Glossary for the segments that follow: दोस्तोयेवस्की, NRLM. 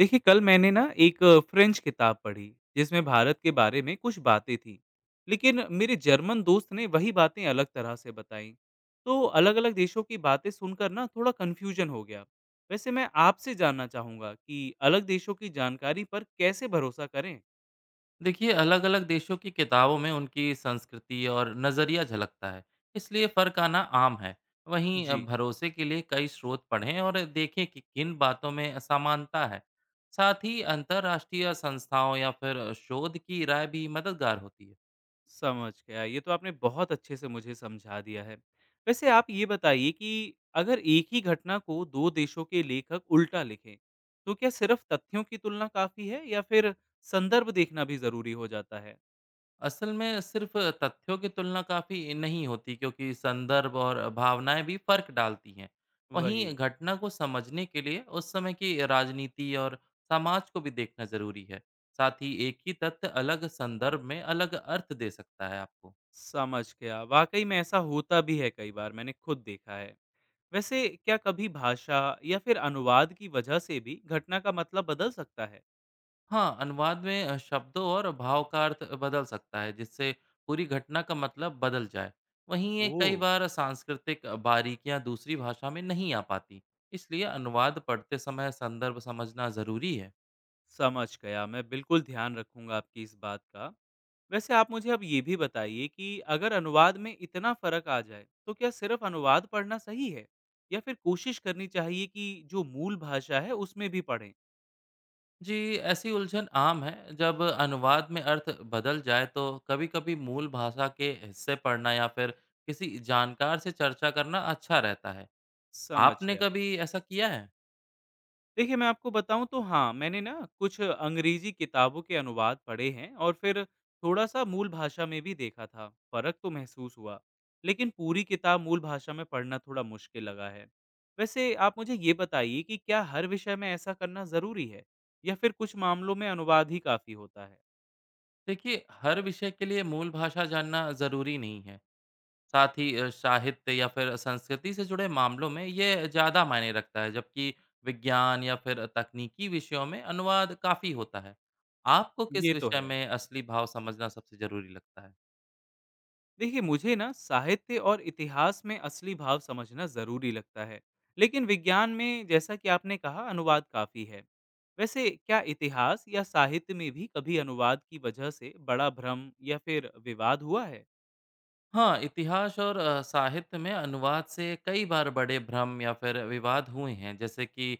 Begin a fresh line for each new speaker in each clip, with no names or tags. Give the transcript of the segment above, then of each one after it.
देखिए कल मैंने ना एक French किताब पढ़ी जिसमें भारत के बारे में कुछ बातें थी। लेकिन मेरे जर्मन दोस्त ने वही बातें अलग तरह से बताई। तो अलग अलग देशों की बातें सुनकर ना थोड़ा कन्फ्यूजन हो गया। वैसे मैं आपसे जानना चाहूंगा कि अलग देशों की जानकारी पर कैसे भरोसा करें।
देखिए अलग-अलग देशों की किताबों में उनकी संस्कृति और नज़रिया झलकता है, इसलिए फ़र्क आना आम है। वहीं
जी।
भरोसे के लिए कई स्रोत पढ़ें और देखें कि किन बातों में असमानता है। साथ ही अंतर्राष्ट्रीय संस्थाओं या फिर शोध की राय भी मददगार होती है।
समझ गया। ये तो आपने बहुत अच्छे से मुझे समझा दिया है। वैसे आप ये बताइए कि अगर एक ही घटना को 2 देशों के लेखक उल्टा लिखें, तो क्या सिर्फ़ तथ्यों की तुलना काफ़ी है या फिर संदर्भ देखना भी ज़रूरी हो जाता है?
असल में सिर्फ तथ्यों की तुलना काफी नहीं होती क्योंकि संदर्भ और भावनाएं भी फर्क डालती हैं। वहीं
वही।
घटना को समझने के लिए उस समय की राजनीति और समाज को भी देखना जरूरी है। साथ ही एक ही तथ्य अलग संदर्भ में अलग अर्थ दे सकता है आपको।
समझ गया। वाक़ई में ऐसा होता भी है कई बार, मैंने खुद देखा है। वैसे क्या कभी भाषा या फिर अनुवाद की वजह से भी घटना का मतलब बदल सकता है?
हाँ, अनुवाद में शब्दों और भाव का अर्थ बदल सकता है, जिससे पूरी घटना का मतलब बदल जाए। वहीं ये
ओह!
कई बार सांस्कृतिक बारीकियां दूसरी भाषा में नहीं आ पाती, इसलिए अनुवाद पढ़ते समय संदर्भ समझना ज़रूरी है।
समझ गया। मैं बिल्कुल ध्यान रखूँगा आपकी इस बात का। वैसे आप मुझे अब ये भी बताइए कि अगर अनुवाद में इतना फर्क आ जाए तो क्या सिर्फ अनुवाद पढ़ना सही है या फिर कोशिश करनी चाहिए कि जो मूल भाषा है उसमें भी पढ़ें।
जी, ऐसी उलझन आम है। जब अनुवाद में अर्थ बदल जाए, तो कभी-कभी मूल भाषा के हिस्से पढ़ना या फिर किसी जानकार से चर्चा करना अच्छा रहता है।
समझ
आपने
गया।
कभी ऐसा किया है?
देखिए, मैं आपको बताऊँ तो हाँ, मैंने ना कुछ अंग्रेज़ी किताबों के अनुवाद पढ़े हैं और फिर थोड़ा-सा मूल भाषा में भी देखा था। फ़र्क तो महसूस हुआ, लेकिन पूरी किताब मूल भाषा में पढ़ना थोड़ा मुश्किल लगा है। वैसे आप मुझे ये बताइए कि क्या हर विषय में ऐसा करना ज़रूरी है या फिर कुछ मामलों में अनुवाद ही काफ़ी होता है?
देखिए, हर विषय के लिए मूल भाषा जानना ज़रूरी नहीं है। साथ ही साहित्य या फिर संस्कृति से जुड़े मामलों में ये ज़्यादा मायने रखता है, जबकि विज्ञान या फिर तकनीकी विषयों में अनुवाद काफ़ी होता है। आपको किस
ये तो
विषय
है।
में असली भाव समझना सबसे ज़रूरी लगता है?
देखिए मुझे ना साहित्य और इतिहास में असली भाव समझना ज़रूरी लगता है, लेकिन विज्ञान में जैसा कि आपने कहा अनुवाद काफ़ी है। वैसे क्या इतिहास या साहित्य में भी कभी अनुवाद की वजह से बड़ा भ्रम या फिर विवाद हुआ है?
हाँ, इतिहास और साहित्य में अनुवाद से कई बार बड़े भ्रम या फिर विवाद हुए हैं, जैसे कि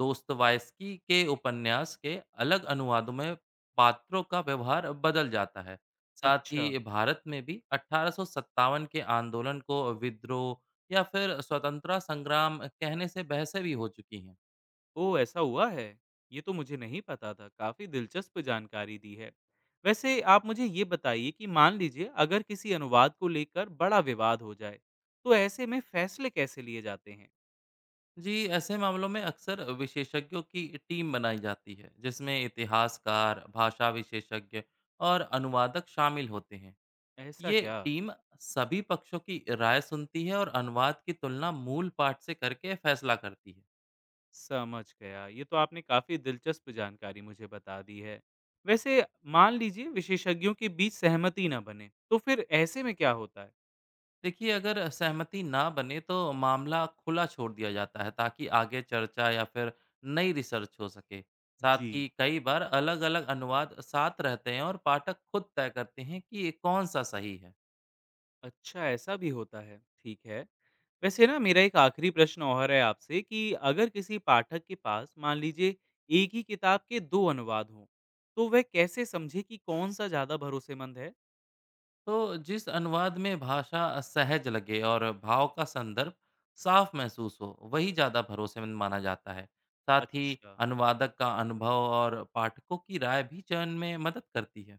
दोस्तोयेवस्की के उपन्यास के अलग अनुवादों में पात्रों का व्यवहार बदल जाता है। साथ
अच्छा।
ही भारत में भी 1857 के आंदोलन को विद्रोह या फिर स्वतंत्रता संग्राम कहने से बहसें भी हो चुकी हैं।
ओ ऐसा हुआ है। ये तो मुझे नहीं पता था, काफ़ी दिलचस्प जानकारी दी है। वैसे आप मुझे ये बताइए कि मान लीजिए अगर किसी अनुवाद को लेकर बड़ा विवाद हो जाए तो ऐसे में फैसले कैसे लिए जाते हैं?
जी, ऐसे मामलों में अक्सर विशेषज्ञों की टीम बनाई जाती है, जिसमें इतिहासकार, भाषा विशेषज्ञ और अनुवादक शामिल होते हैं।
ऐसा
ये
क्या।
टीम सभी पक्षों की राय सुनती है और अनुवाद की तुलना मूल पाठ से करके फैसला करती है।
समझ गया। ये तो आपने काफ़ी दिलचस्प जानकारी मुझे बता दी है। वैसे मान लीजिए विशेषज्ञों के बीच सहमति ना बने, तो फिर ऐसे में क्या होता है?
देखिए अगर सहमति ना बने तो मामला खुला छोड़ दिया जाता है ताकि आगे चर्चा या फिर नई रिसर्च हो सके। साथ
जी।
ही कई बार अलग-अलग अनुवाद साथ रहते हैं और पाठक खुद तय करते हैं कि ये कौन सा सही है।
अच्छा ऐसा भी होता है, ठीक है। वैसे ना मेरा एक आखिरी प्रश्न और है आपसे कि अगर किसी पाठक के पास मान लीजिए एक ही किताब के दो अनुवाद हों, तो वह कैसे समझे कि कौन सा ज़्यादा भरोसेमंद है?
तो जिस अनुवाद में भाषा सहज लगे और भाव का संदर्भ साफ महसूस हो वही ज़्यादा भरोसेमंद माना जाता है। साथ ही
अच्छा।
अनुवादक का अनुभव और पाठकों की राय भी चयन में मदद करती है।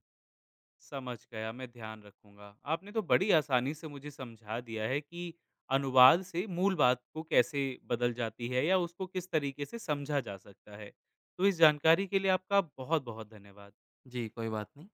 समझ गया, मैं ध्यान रखूँगा। आपने तो बड़ी आसानी से मुझे समझा दिया है कि अनुवाद से मूल बात को कैसे बदल जाती है या उसको किस तरीके से समझा जा सकता है। तो इस जानकारी के लिए आपका बहुत-बहुत धन्यवाद।
जी कोई बात नहीं।